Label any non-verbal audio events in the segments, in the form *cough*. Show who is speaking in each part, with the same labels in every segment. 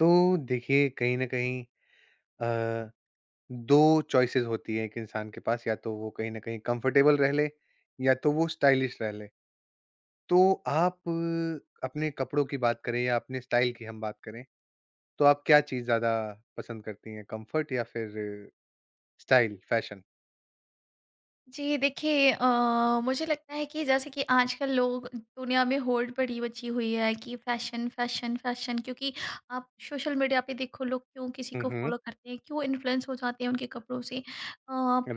Speaker 1: तो देखिए कहीं न कहीं अ, 2 चॉइसेस होती है। एक इंसान के पास या तो वो कहीं न कहीं कंफर्टेबल रह ले या तो वो स्टाइलिश रह ले। तो आप अपने कपड़ों की बात करें या अपने स्टाइल की हम बात करें, तो आप क्या चीज़ ज़्यादा पसंद करती हैं, कंफर्ट या फिर स्टाइल फैशन?
Speaker 2: जी, देखिए, मुझे लगता है कि जैसे कि आजकल लोग, दुनिया में होड़ पड़ी बची हुई है कि फैशन फैशन फैशन। क्योंकि आप सोशल मीडिया पे देखो, लोग क्यों किसी
Speaker 1: हुँ,
Speaker 2: को
Speaker 1: हुँ।
Speaker 2: फॉलो करते हैं, क्यों इन्फ्लुएंस हो जाते हैं उनके कपड़ों से। अ,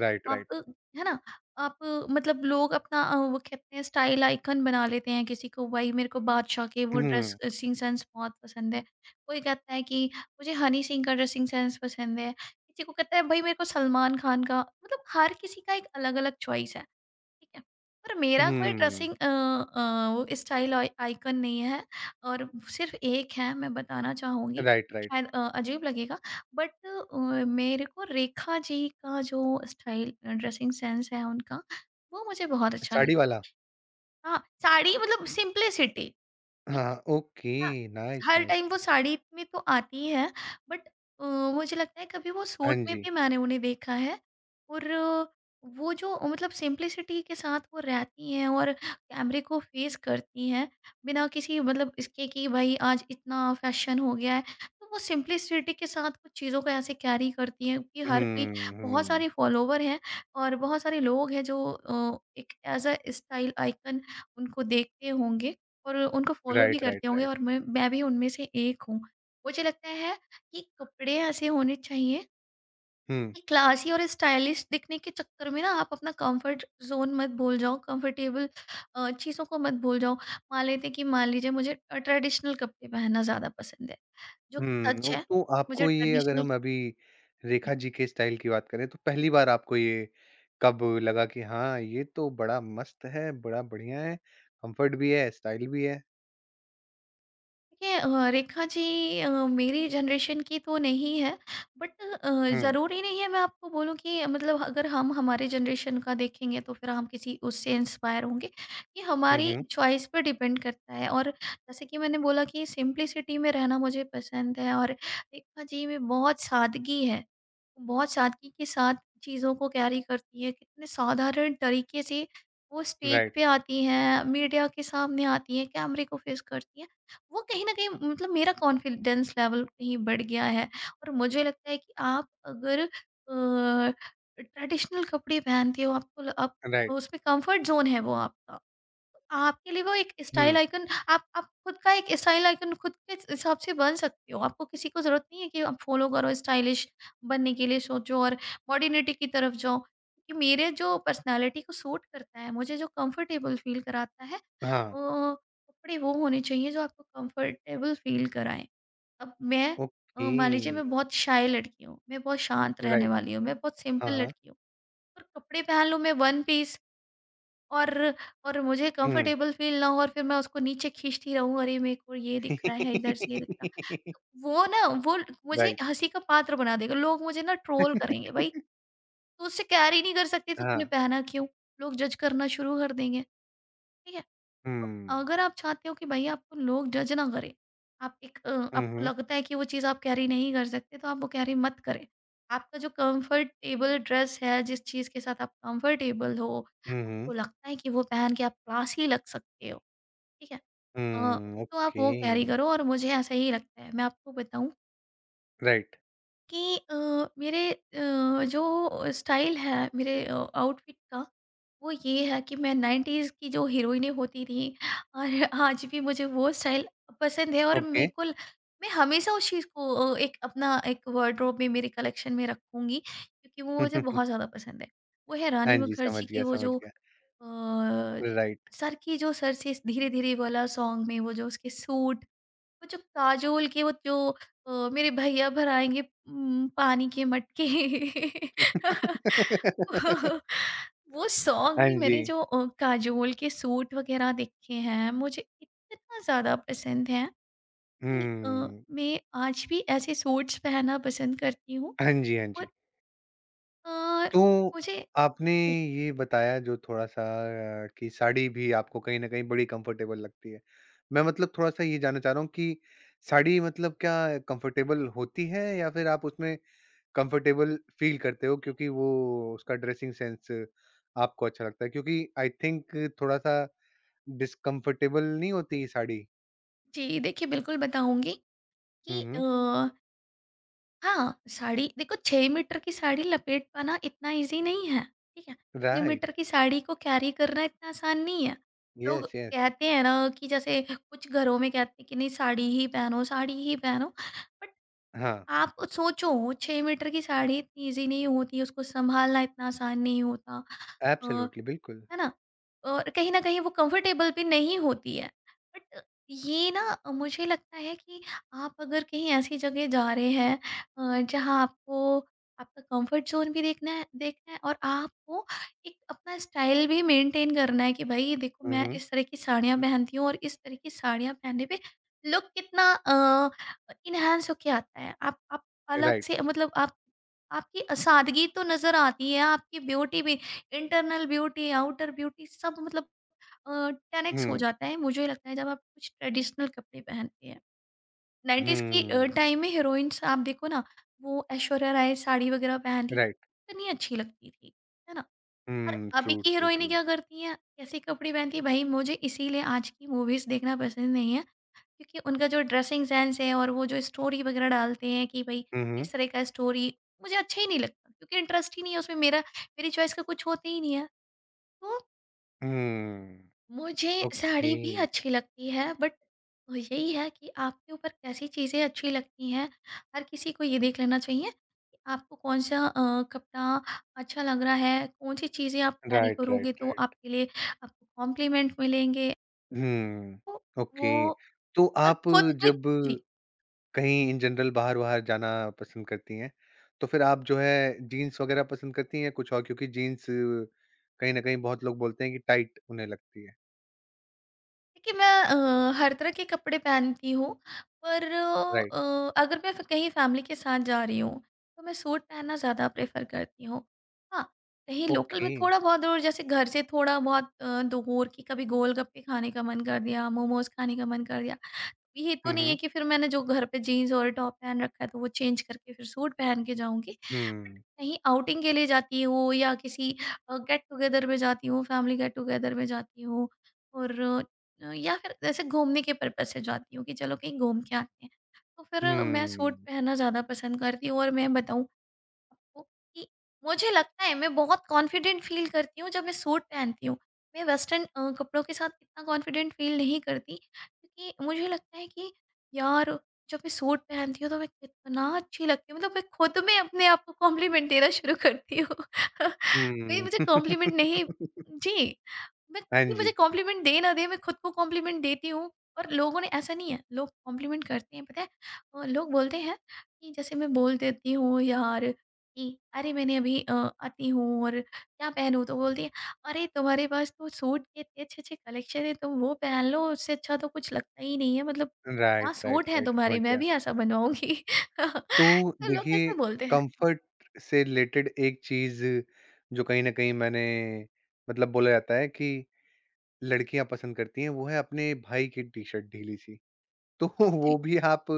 Speaker 1: राइट,
Speaker 2: आप,
Speaker 1: राइट।
Speaker 2: है ना, आप मतलब, लोग अपना वो कहते हैं, स्टाइल आइकन बना लेते हैं किसी को। भाई, मेरे को बादशाह के वो
Speaker 1: हुँ,
Speaker 2: ड्रेसिंग सेंस बहुत पसंद है। कोई कहता है कि मुझे हनी सिंह का ड्रेसिंग सेंस पसंद है। किसी को कहता है भाई मेरे को सलमान खान का, मतलब हर किसी का एक अलग-अलग चॉइस है, ठीक है? पर मेरा कोई
Speaker 1: हुँ।
Speaker 2: ड्रेसिंग वो स्टाइल आइ आइकन नहीं है। और सिर्फ़ एक है, मैं बताना चाहूँगी,
Speaker 1: राइट, राइट।
Speaker 2: शायद अजीब लगेगा बट मेरे को रेखा जी का जो स्टाइल, ड्रेसिंग सेंस है उनका, वो मुझे बहुत अच्छा
Speaker 1: साड़ी
Speaker 2: लगता है।
Speaker 1: वाला?
Speaker 2: हाँ, साड़ी मतलब सिम्प्लिसिटी, ठीक
Speaker 1: हाँ,
Speaker 2: है?
Speaker 1: ओके।
Speaker 2: हाँ,
Speaker 1: नाइस,
Speaker 2: हर
Speaker 1: नाइस।
Speaker 2: टाइम वो साड़ी में तो आती ही है। बट अ, मुझे लगता है कभी वो
Speaker 1: हाँ
Speaker 2: सूट में
Speaker 1: जी।
Speaker 2: भी मैंने उन्हें देखा है। और वो जो मतलब सिंप्लिसिटी के साथ वो रहती हैं और कैमरे को फेस करती हैं, बिना किसी मतलब इसके कि भाई आज इतना फैशन हो गया है। तो वो सिंप्लिसिटी के साथ कुछ चीज़ों को ऐसे कैरी करती हैं कि हर कोई,
Speaker 1: हुँ,
Speaker 2: बहुत
Speaker 1: हुँ।
Speaker 2: सारे फॉलोवर हैं और बहुत सारे लोग हैं जो एक एज अ स्टाइल आइकन उनको देखते होंगे और उनको फॉलो भी
Speaker 1: राइट,
Speaker 2: करते
Speaker 1: राइट,
Speaker 2: होंगे।
Speaker 1: राइट।
Speaker 2: और मैं भी उनमें से एक हूँ। मुझे लगता है कि कपड़े ऐसे होने चाहिए
Speaker 1: हुँ।
Speaker 2: कि क्लासी और स्टाइलिश दिखने के चक्कर में ना आप अपना कंफर्ट ज़ोन मत भूल जाओ, कंफर्टेबल चीज़ों को मत भूल जाओ। मान लेते हैं, कि मान लीजिए मुझे ट्रेडिशनल कपड़े पहनना ज़्यादा पसंद है, जो कि
Speaker 1: हुँ,
Speaker 2: सच
Speaker 1: ओ
Speaker 2: है।
Speaker 1: तो
Speaker 2: मुझे
Speaker 1: आपको ये अगर
Speaker 2: ट्रेडिशनल।
Speaker 1: हम अभी रेखा जी के स्टाइल की बात करें, तो पहली बार आपको ये कब लगा कि हाँ, ये तो बड़ा मस्त है, बड़ा बढ़िया है, कम्फर्ट भी है, स्टाइल भी है?
Speaker 2: देखिए, रेखा जी मेरी जनरेशन की तो नहीं है बट
Speaker 1: हुँ,
Speaker 2: ज़रूरी नहीं है मैं आपको बोलूँ कि, मतलब, अगर हम हमारे जनरेशन का देखेंगे तो फिर हम किसी उससे इंस्पायर होंगे। ये
Speaker 1: हुँ,
Speaker 2: हमारी
Speaker 1: हुँ,
Speaker 2: चॉइस पे डिपेंड करता है। और जैसे कि मैंने बोला कि सिंपलिसिटी में रहना मुझे पसंद है, और रेखा जी में बहुत सादगी है। बहुत सादगी के साथ चीज़ों को कैरी करती है, कितने साधारण तरीके से वो स्टेज
Speaker 1: राइट,
Speaker 2: पे आती हैं, मीडिया के सामने आती हैं, कैमरे को फेस करती हैं। वो कहीं न कहीं, मतलब मेरा कॉन्फिडेंस लेवल कहीं बढ़ गया है। और मुझे लगता है कि आप अगर ट्रेडिशनल कपड़े पहनते हो, आपको ल आप
Speaker 1: राइट,
Speaker 2: उसमें कम्फर्ट ज़ोन है वो आपका। आपके लिए वो एक स्टाइल
Speaker 1: हुँ,
Speaker 2: आइकन, आप खुद का एक स्टाइल आइकन खुद के हिसाब से बन सकते हो। आपको किसी को ज़रूरत नहीं है कि आप फॉलो करो, स्टाइलिश बनने के लिए सोचो और मॉडर्निटी की तरफ जाओ। कि मेरे जो पर्सनैलिटी को सूट करता है, मुझे जो कंफर्टेबल फ़ील कराता है,
Speaker 1: हाँ,
Speaker 2: वो कपड़े, वो होने चाहिए जो आपको कंफर्टेबल फ़ील कराएँ। अब मैं,
Speaker 1: ओके,
Speaker 2: मान लीजिए मैं बहुत शाय लड़की हूँ, मैं बहुत शांत रहने
Speaker 1: राइट,
Speaker 2: वाली हूँ, मैं बहुत
Speaker 1: हाँ,
Speaker 2: सिंपल
Speaker 1: हाँ,
Speaker 2: लड़की हूँ और कपड़े पहन लूँ मैं वन पीस, और और मुझे
Speaker 1: हुँ।
Speaker 2: कंफर्टेबल फ़ील ना हो और फिर मैं उसको नीचे खींचती रहूँ, अरे मेरे को ये दिख रहा है, इधर से ये दिख रहा।
Speaker 1: *laughs*
Speaker 2: वो ना, वो मुझे
Speaker 1: राइट,
Speaker 2: हँसी का पात्र बना देगा, लोग मुझे ना ट्रोल करेंगे,
Speaker 1: *laughs*
Speaker 2: भाई, तू उससे कैरी नहीं कर सकती तो
Speaker 1: हाँ,
Speaker 2: तूने पहना क्यों? लोग जज करना शुरू कर देंगे, ठीक है?
Speaker 1: हुँ,
Speaker 2: अगर आप चाहते हो कि भई आपको लोग जज ना करें, आप एक,
Speaker 1: हुँ,
Speaker 2: आपको
Speaker 1: हुँ,
Speaker 2: लगता है कि वो चीज़ आप कैरी नहीं कर सकते, तो आप वो कैरी मत करें। आपका जो कंफर्टेबल ड्रेस है, जिस चीज़ के साथ आप कंफर्टेबल हो,
Speaker 1: हुँ, हुँ,
Speaker 2: आपको लगता है कि वो पहन के आप क्लासी लग सकते हो, ठीक है? अ,
Speaker 1: हुँ,
Speaker 2: तो आप
Speaker 1: ओके,
Speaker 2: वो कैरी करो और मुझे ऐसा ही लगता है। मैं आपको बताऊँ
Speaker 1: राइट,
Speaker 2: कि, मेरे जो स्टाइल है मेरे आउटफिट का, वो ये है कि मैं 90s की जो हीरोइनें होती थीं और आज भी मुझे वो स्टाइल पसंद है, और
Speaker 1: ओके,
Speaker 2: मेरे को ल मैं हमेशा उस चीज़ को, एक अपना एक वार्डरोब में मेरे कलेक्शन में रखूँगी, क्योंकि वो मुझे बहुत
Speaker 1: *laughs*
Speaker 2: ज़्यादा पसंद है। वो है
Speaker 1: हाँ
Speaker 2: रानी
Speaker 1: जी,
Speaker 2: मुखर्जी की वो
Speaker 1: समझ
Speaker 2: जो,
Speaker 1: गया,
Speaker 2: अ,
Speaker 1: राइट।
Speaker 2: सर की, जो सर से धीरे-धीरे वाला सॉन्ग में वो जो उसके सूट, वो जो काजोल के, वो जो मेरे भैया भराएँगे, पानी के मटके। *laughs*
Speaker 1: *laughs*
Speaker 2: वो सॉन्ग
Speaker 1: हाँ
Speaker 2: भी
Speaker 1: जी।
Speaker 2: मैंने जो, काजोल के सूट वग़ैरह देखे हैं, मुझे इतना ज़्यादा पसंद है कि,
Speaker 1: हुँ।
Speaker 2: मैं आज भी ऐसे सूट्स पहनना पसंद करती हूँ।
Speaker 1: हाँ जी, हाँ
Speaker 2: और
Speaker 1: जी।
Speaker 2: अ,
Speaker 1: तो
Speaker 2: मुझे।
Speaker 1: आपने ये बताया जो थोड़ा-सा कि साड़ी भी आपको कहीं न कहीं बड़ी कंफर्टेबल लगती है। मैं मतलब थोड़ा-सा ये जानना चाह रहा हूँ कि साड़ी मतलब क्या कंफर्टेबल होती है या फिर आप उसमें कंफर्टेबल फ़ील करते हो क्योंकि वो उसका ड्रेसिंग सेंस आपको अच्छा लगता है? क्योंकि आई थिंक थोड़ा-सा डिस्कम्फर्टेबल नहीं होती साड़ी?
Speaker 2: जी, देखिए, बिल्कुल बताऊँगी कि,
Speaker 1: हुँ, हुँ।
Speaker 2: हाँ, साड़ी देखो, 6 मीटर की साड़ी लपेट पाना इतना ईज़ी नहीं है, ठीक है? 6 मीटर
Speaker 1: राइट।
Speaker 2: की साड़ी को कैरी करना इतना आसान नहीं है। लोग
Speaker 1: यस, यस।
Speaker 2: कहते हैं ना, कि जैसे कुछ घरों में कहते हैं कि नहीं, साड़ी ही पहनो, साड़ी ही पहनो। बट
Speaker 1: हाँ।
Speaker 2: आप सोचो, 6 मीटर की साड़ी इतनी ईज़ी नहीं होती, उसको सँभालना इतना आसान नहीं होता। अ,
Speaker 1: एब्सोल्युटली, बिल्कुल।
Speaker 2: है ना? और कहीं न कहीं वो कंफर्टेबल भी नहीं होती है। बट ये ना, मुझे लगता है कि आप अगर कहीं ऐसी जगह जा रहे हैं, जहाँ आपको आपका कंफर्ट ज़ोन भी देखना है और आपको एक अपना स्टाइल भी मेंटेन करना है, कि भई देखो
Speaker 1: हुँ,
Speaker 2: मैं
Speaker 1: हुँ,
Speaker 2: इस तरह की साड़ियाँ पहनती हूँ और इस तरह की साड़ियाँ पहनने पे लुक कितना एनहांस होके आता है। आप अलग
Speaker 1: राइट।
Speaker 2: से, मतलब आप, आपकी सादगी तो नज़र आती है, आपकी ब्यूटी भी, इंटरनल ब्यूटी, आउटर ब्यूटी, सब मतलब अ, 10x हो
Speaker 1: हुँ,
Speaker 2: जाता है, मुझे लगता है, जब आप कुछ ट्रेडिशनल कपड़े पहनते हैं। 90s की
Speaker 1: हुँ,
Speaker 2: टाइम में हीरोइन्स आप देखो ना, वो ऐश्वर्या राय साड़ी वगैरह पहनती थी,
Speaker 1: राइट।
Speaker 2: कितनी अच्छी लगती थी, है ना? और
Speaker 1: हुँ,
Speaker 2: अभी
Speaker 1: ट्रू,
Speaker 2: की
Speaker 1: ट्रू,
Speaker 2: हीरोइनें
Speaker 1: ट्रू।
Speaker 2: क्या करती हैं, कैसे कपड़े पहनती हैं, भई मुझे इसीलिए आज की मूवीज़ देखना पसंद नहीं है, क्योंकि उनका जो ड्रेसिंग सेंस है और वो जो स्टोरी वगैरह डालते हैं कि भई
Speaker 1: हुँ, हुँ,
Speaker 2: इस तरह का स्टोरी, मुझे अच्छा ही नहीं लगता, क्योंकि इंटरेस्ट ही नहीं है उसमें, मेरा, मेरी चॉइस का कुछ होता ही नहीं है। तो
Speaker 1: हुँ,
Speaker 2: मुझे
Speaker 1: ओके,
Speaker 2: साड़ी भी अच्छी लगती है बट, यही है कि आपके ऊपर कैसी चीज़ें अच्छी लगती हैं। हर किसी को ये देख लेना चाहिए कि आपको कौन-सा कपड़ा अच्छा लग रहा है, कौन-सी चीज़ें आप कैरी
Speaker 1: राइट,
Speaker 2: करोगे
Speaker 1: राइट,
Speaker 2: तो
Speaker 1: राइट।
Speaker 2: आपके लिए आपको कॉम्प्लीमेंट मिलेंगे।
Speaker 1: हुँ,
Speaker 2: तो वो,
Speaker 1: ओके। तो
Speaker 2: और
Speaker 1: आप
Speaker 2: खुद को।
Speaker 1: जब
Speaker 2: जी।
Speaker 1: कहीं इन जनरल बाहर-वाहर जाना पसंद करती हैं, तो फिर आप जो है जीन्स वग़ैरह पसंद करती हैं या कुछ और? क्योंकि जीन्स कहीं न कहीं बहुत लोग बोलते हैं कि टाइट उन्हें लगती है।
Speaker 2: देखिए, मैं हर तरह के कपड़े पहनती हूँ पर,
Speaker 1: राइट,
Speaker 2: अगर मैं कहीं फैमिली के साथ जा रही हूँ तो मैं सूट पहनना ज़्यादा प्रेफर करती हूँ। हाँ। कहीं लोकल में
Speaker 1: ओके।
Speaker 2: थोड़ा बहुत दूर, जैसे घर से थोड़ा बहुत दूर, कि कभी गोलगप्पे खाने का मन कर दिया, मोमोज खाने का मन कर दिया, ये तो
Speaker 1: हुँ,
Speaker 2: नहीं है
Speaker 1: हुँ,
Speaker 2: कि फिर मैंने जो घर पे जीन्स और टॉप पहन रखा है तो वो चेंज करके फिर सूट पहन के जाऊँगी। बट
Speaker 1: हुँ,
Speaker 2: कहीं आउटिंग के लिए जाती हूँ, या किसी गेट टुगेदर में जाती हूँ, फैमिली गेट टुगेदर में जाती हूँ, और या फिर ऐसे घूमने के पर्पज़ से जाती हूँ कि चलो कहीं घूम के आते हैं। तो फिर मैं सूट
Speaker 1: हुँ,
Speaker 2: पहनना ज़्यादा पसंद करती हूँ। और मैं बताऊँ, ओके, मुझे लगता है मैं बहुत कॉन्फिडेंट फ़ील करती हूँ जब मैं सूट पहनती हूँ। मैं वेस्टर्न कपड़ों के साथ इतना कॉन्फिडेंट फ़ील नहीं करती, क्योंकि मुझे लगता है कि यार, जब मैं सूट पहनती हूँ तो मैं कितना अच्छी लगती हूँ। मतलब मैं खुद में अपने आप को कॉम्प्लीमेंट देना शुरू करती हूँ। *laughs* कोई
Speaker 1: हुँ।
Speaker 2: मुझे कॉम्प्लीमेंट
Speaker 1: *laughs*
Speaker 2: नहीं। जी, मैं,
Speaker 1: हाँ
Speaker 2: कोई मुझे
Speaker 1: जी।
Speaker 2: कॉम्प्लीमेंट दे ना दे, मैं खुद को कॉम्प्लीमेंट देती हूँ। और लोगों ने ऐसा नहीं है, लोग कॉम्प्लीमेंट करते हैं, पता है? लोग बोलते हैं कि, जैसे मैं बोल देती हूँ यार, कि अरे मैंने अभी, आती हूँ और क्या पहनूँ? तो बोलती है, "अरे! तुम्हारे पास तो सूट के इतने अच्छे-अच्छे कलेक्शन हैं, तुम वो पहन लो, उससे अच्छा तो कुछ लगता ही नहीं है। मतलब क्या
Speaker 1: राइट,
Speaker 2: सूट
Speaker 1: राइट,
Speaker 2: हैं
Speaker 1: राइट,
Speaker 2: तुम्हारे,
Speaker 1: समझ
Speaker 2: मैं
Speaker 1: गया।
Speaker 2: भी ऐसा बनवाऊँगी।" *laughs*
Speaker 1: तो
Speaker 2: तो लोग
Speaker 1: देखिए,
Speaker 2: ऐसा बोलते हैं।
Speaker 1: कंफर्ट से रिलेटेड एक चीज़ जो कहीं न कहीं मैंने मतलब बोला जाता है कि लड़कियाँ पसंद करती हैं, वो है अपने भाई की टी-शर्ट ढीली-सी। तो *laughs*
Speaker 2: जी।
Speaker 1: वो भी आप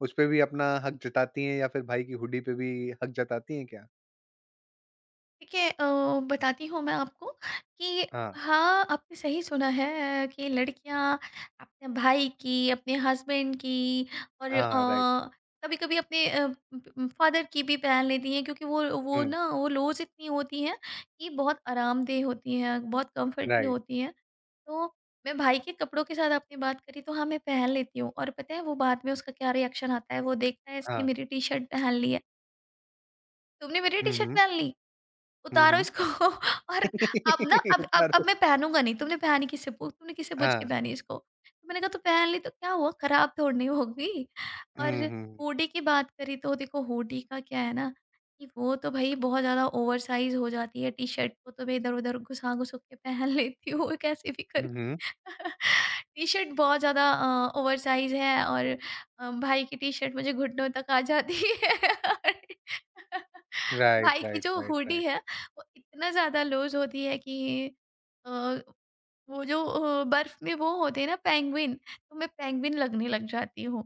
Speaker 1: उसपे भी अपना हक जताती हैं या फिर भाई की हुडी पे भी हक जताती हैं क्या?
Speaker 2: देखिए, बताती हूँ मैं आपको कि,
Speaker 1: हाँ,
Speaker 2: हाँ, आपने सही सुना है कि लड़कियाँ अपने भाई की, अपने हस्बैंड की, और
Speaker 1: हाँ, राइट।
Speaker 2: कभी-कभी अपने फादर की भी पहन लेती हैं, क्योंकि वो
Speaker 1: हुँ,
Speaker 2: ना वो, लोज़ इतनी होती हैं कि बहुत आरामदेह होती हैं, बहुत कम्फर्टी
Speaker 1: राइट,
Speaker 2: होती हैं। तो मैं भाई के कपड़ों के साथ, आपने बात करी तो, हाँ, मैं पहन लेती हूँ, और पता है वो बाद में उसका क्या रिएक्शन आता है, वो देखता है इसने
Speaker 1: हाँ।
Speaker 2: मेरी टी-शर्ट पहन ली है, "तुमने मेरी
Speaker 1: हुँ,
Speaker 2: टी-शर्ट
Speaker 1: हुँ,
Speaker 2: पहन ली?"
Speaker 1: हुँ,
Speaker 2: उतारो
Speaker 1: हुँ।
Speaker 2: इसको। *laughs* और, अब ना, अब
Speaker 1: *laughs*
Speaker 2: अब
Speaker 1: उतारो
Speaker 2: अब मैं पहनूँगा नहीं, तुमने पहनी किससे पू तुमने किससे पूछ के
Speaker 1: हाँ।
Speaker 2: पहनी इसको? तो मैंने कहा तो पहन ली तो क्या हुआ खराब थोड़ी नहीं होगी। और
Speaker 1: हुँ, हुँ,
Speaker 2: हुडी की बात करें तो देखो हुडी का क्या है ना कि वो तो भई बहुत ज़्यादा ओवर साइज़ हो जाती है, टी-शर्ट को तो मैं इधर-उधर घुसा-घुसू के पहन लेती हूँ कैसे भी
Speaker 1: हुँ,
Speaker 2: करके।
Speaker 1: हुँ।
Speaker 2: *laughs* टी-शर्ट बहुत ज़्यादा ओवर साइज़ है और भाई की टी-शर्ट मुझे घुटनों तक आ जाती है। *laughs* और *laughs*
Speaker 1: राइट,
Speaker 2: भाई की
Speaker 1: राइट,
Speaker 2: जो
Speaker 1: राइट,
Speaker 2: हुडी
Speaker 1: राइट।
Speaker 2: है वो इतना ज़्यादा लूज़ होती है कि अ, वो जो बर्फ में वो होते हैं ना पेंगुइन, तो मैं पेंगुइन लगने लग जाती हूँ।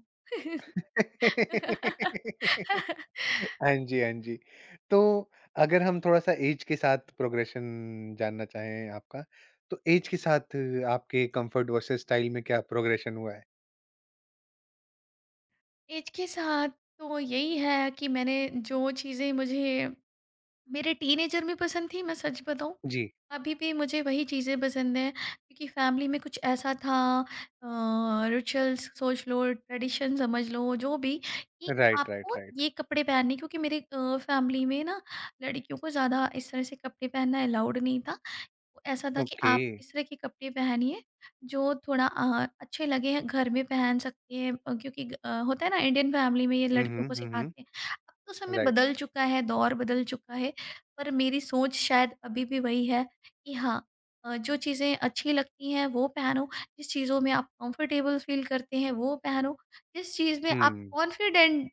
Speaker 2: *laughs*
Speaker 1: *laughs* हाँ जी, हाँ जी। तो अगर हम थोड़ा-सा एज के साथ प्रोग्रेशन जानना चाहें आपका, तो एज के साथ आपके कम्फर्ट वर्सेस स्टाइल में क्या प्रोग्रेशन हुआ है?
Speaker 2: एज के साथ तो यही है कि मैंने जो चीज़ें मुझे मेरे टीनेजर में पसंद थी, मैं सच बताऊँ,
Speaker 1: जी।
Speaker 2: अभी भी मुझे वही चीज़ें पसंद हैं क्योंकि फैमिली में कुछ ऐसा था। रिचुअल्स सोच लो, ट्रेडिशन समझ लो, जो भी कि
Speaker 1: राइट, राइट,
Speaker 2: आपको
Speaker 1: राइट।
Speaker 2: ये कपड़े पहनने, क्योंकि मेरे फैमिली में ना लड़कियों को ज़्यादा इस तरह से कपड़े पहनना अलाउड नहीं था। वो ऐसा था कि
Speaker 1: ओके।
Speaker 2: आप इस तरह के कपड़े पहनिए जो थोड़ा अच्छे लगे हैं, घर में पहन सकते हैं, क्योंकि होता है ना इंडियन फैमिली में ये
Speaker 1: हुँ,
Speaker 2: लड़कियों
Speaker 1: हुँ,
Speaker 2: को
Speaker 1: हुँ, हुँ।
Speaker 2: सिखाते हैं। अब तो समय
Speaker 1: राइट।
Speaker 2: बदल चुका है, दौर बदल चुका है, पर मेरी सोच शायद अभी भी वही है कि हाँ, जो चीज़ें अच्छी लगती हैं वो पहनो, जिस चीज़ों में आप कंफर्टेबल फील करते हैं वो पहनो, जिस चीज़ में आप
Speaker 1: हुँ।
Speaker 2: कॉन्फिडेंट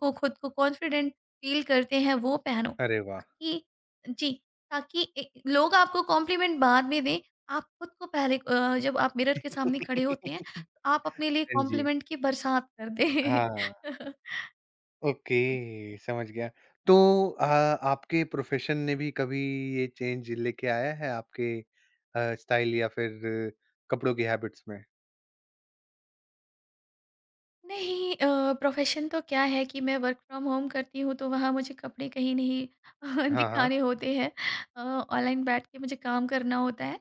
Speaker 2: को खुद को कॉन्फिडेंट फील करते हैं वो पहनो,
Speaker 1: अरे वाह!
Speaker 2: बाकी जी, ताकि ए लोग आपको कॉम्प्लीमेंट बाद में दें, आप खुद को पहले जब आप मिरर के सामने खड़े होती हैं,
Speaker 1: *laughs*
Speaker 2: तो आप अपने लिए
Speaker 1: हाँ जी।
Speaker 2: कॉम्प्लीमेंट की बरसात कर
Speaker 1: हाँ।
Speaker 2: दें। *laughs*
Speaker 1: ओके, समझ गया। तो आपके प्रोफ़ेशन ने भी कभी ये चेंज लेके आया है आपके स्टाइल या फिर कपड़ों की हैबिट्स में?
Speaker 2: नहीं, प्रोफ़ेशन तो क्या है कि मैं वर्क फ्रॉम होम करती हूँ, तो वहाँ मुझे कपड़े कहीं नहीं *laughs*
Speaker 1: हाँ, हाँ।
Speaker 2: दिखाने होते हैं। अ, ऑनलाइन बैठ के मुझे काम करना होता है।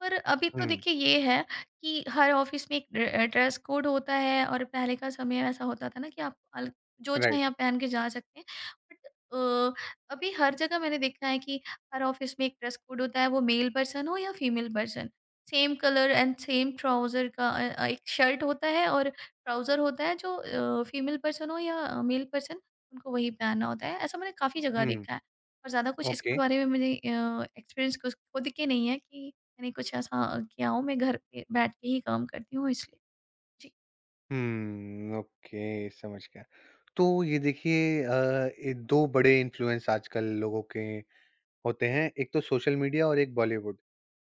Speaker 2: पर अभी तो
Speaker 1: हुँ,
Speaker 2: देखिए, ये है कि हर ऑफ़िस में एक ड्रेस कोड होता है, और पहले का समय ऐसा होता था ना कि आप अल जो चाहें
Speaker 1: राइट।
Speaker 2: आप पहन के जा सकते हैं। बट अभी हर जगह मैंने देखा है कि हर ऑफ़िस में एक ड्रेस कोड होता है, वो मेल पर्सन हो या female person. Same colour and same trouser का एक शर्ट होता है और ट्राउज़र होता है, जो फीमेल पर्सन हो या मेल पर्सन, उनको वही पहनना होता है। ऐसा मैंने काफ़ी जगह
Speaker 1: हुँ,
Speaker 2: देखा है, और ज़्यादा कुछ
Speaker 1: ओके।
Speaker 2: इसके बारे में मैंने एक्सपीरियंस कुछ खुद के नहीं है कि मैंने कुछ ऐसा किया हो। मैं घर पे बैठ के ही काम करती हूँ इसलिए। जी।
Speaker 1: हुँ, ओके, समझ गया। तो ये देखिए ये 2 बड़े इन्फ्लुएंस आजकल लोगों के होते हैं, एक तो सोशल मीडिया और एक बॉलीवुड।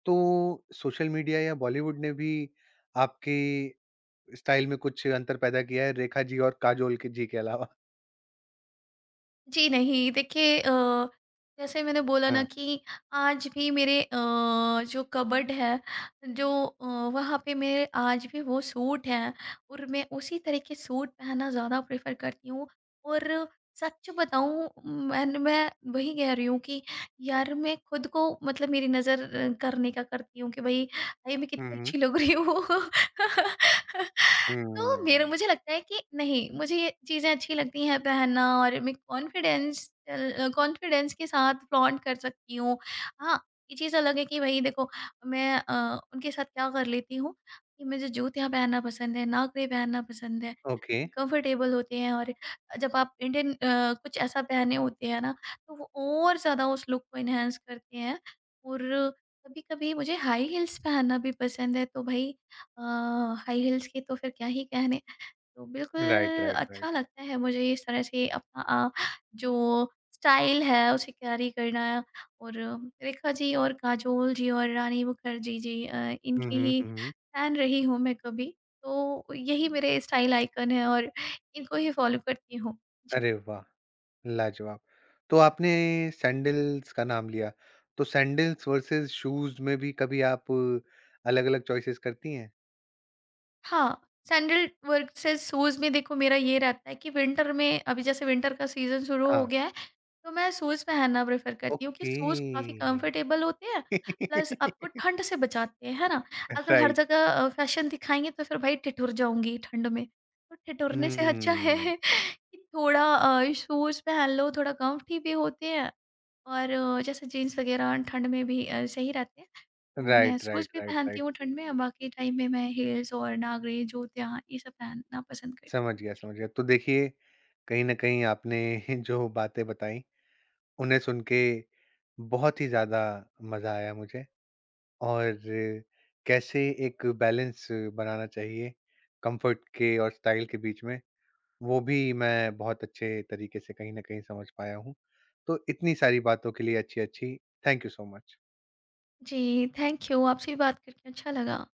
Speaker 1: तो सोशल मीडिया या बॉलीवुड ने भी आपके स्टाइल में कुछ अंतर पैदा किया है, रेखा जी और काजोल के जी के अलावा?
Speaker 2: जी नहीं, देखिए, जैसे मैंने बोला ना
Speaker 1: हाँ,
Speaker 2: कि आज भी मेरे जो कबर्ड है, जो वहाँ पे, मेरे आज भी वो सूट हैं और मैं उसी तरह के सूट पहनना ज़्यादा प्रेफ़र करती हूँ। और सच बताऊँ, मैं वही कह रही हूँ कि यार, मैं खुद को, मतलब मेरी नज़र करने का करती हूँ कि भई, अरे मैं
Speaker 1: हुँ,
Speaker 2: कितनी
Speaker 1: हुँ।
Speaker 2: अच्छी लग रही हूँ। *laughs* तो मेरा
Speaker 1: हुँ,
Speaker 2: मुझे लगता है कि नहीं, मुझे ये चीज़ें अच्छी लगती हैं पहनना, और मैं कॉन्फिडेंस के साथ फ्लॉन्ट कर सकती हूँ। हाँ, ये चीज़ अलग है कि भई देखो, मैं उनके साथ क्या कर लेती हूँ कि मुझे जूतियाँ पहनना पसंद है, नाकरे पहनना पसंद है,
Speaker 1: ओके,
Speaker 2: कंफर्टेबल होते हैं, और जब आप इंडियन कुछ ऐसा पहने होते हैं ना, तो वो और ज़्यादा उस लुक को एनहांस करते हैं। और कभी-कभी मुझे हाई हील्स पहनना भी पसंद है, तो भई, अ, हाई हील्स के तो फिर क्या ही कहने। तो
Speaker 1: राइट,
Speaker 2: बिल्कुल
Speaker 1: राइट,
Speaker 2: अच्छा
Speaker 1: राइट।
Speaker 2: लगता है मुझे इस तरह से अपना जो स्टाइल है उसे कैरी करना, और रेखा जी और काजोल जी और रानी मुखर्जी जी,
Speaker 1: हुँ,
Speaker 2: इनकी
Speaker 1: हुँ,
Speaker 2: ही
Speaker 1: हुँ, हुँ।
Speaker 2: फैन रही हूँ मैं कभी। तो यही मेरे स्टाइल आइकन हैं और इनको ही फॉलो करती हूँ। जी।
Speaker 1: अरे वाह! लाजवाब। तो आपने सैंडल्स का नाम लिया, तो सैंडल्स वर्सेस शूज़ में भी कभी आप अलग-अलग चॉइसेस करती हैं?
Speaker 2: हाँ, सैंडल वर्सेस शूज़ में देखो, मेरा ये रहता है कि विंटर में, अभी जैसे विंटर का सीज़न शुरू हो
Speaker 1: हाँ,
Speaker 2: गया है, तो मैं शूज़ पहनना प्रेफ़र करती हूँ कि
Speaker 1: ओके।
Speaker 2: शूज़ काफ़ी कम्फ़र्टेबल होते हैं, प्लस आपको
Speaker 1: *laughs*
Speaker 2: ठंड से बचाते हैं, है ना? अगर हर
Speaker 1: राइट।
Speaker 2: जगह फ़ैशन दिखाएँगे तो फिर भाई ठिठुर जाऊँगी ठंड में। तो ठिठुरने से अच्छा
Speaker 1: हुँ,
Speaker 2: है *laughs* कि थोड़ा शूज़ पहन लो, थोड़ा कम्फ़र्टी भी होते हैं, और जैसे जीन्स वग़ैरह ठंड में भी सही रहते हैं। तो मैं
Speaker 1: राइट,
Speaker 2: शूज़
Speaker 1: राइट,
Speaker 2: भी
Speaker 1: राइट,
Speaker 2: पहनती
Speaker 1: राइट।
Speaker 2: हूँ ठंड में, बाकी टाइम में मैं हील्स और नागरे, जूते, हाँ, ये सब पहनना पसंद करती
Speaker 1: समझ
Speaker 2: हूँ।
Speaker 1: गया,
Speaker 2: जी।
Speaker 1: समझ गया। तो देखिए, कहीं न कहीं आपने *laughs* जो बातें बताई, उन्हें सुन के बहुत ही ज़्यादा मज़ा आया मुझे। और कैसे एक बैलेंस बनाना चाहिए कंफर्ट के और स्टाइल के बीच में, वो भी मैं बहुत अच्छे तरीके से कहीं न कहीं समझ पाया हूँ। तो इतनी सारी बातों के लिए अच्छी-अच्छी, थैंक यू सो मच।
Speaker 2: जी, थैंक यू। आपसे भी बात करके अच्छा लगा।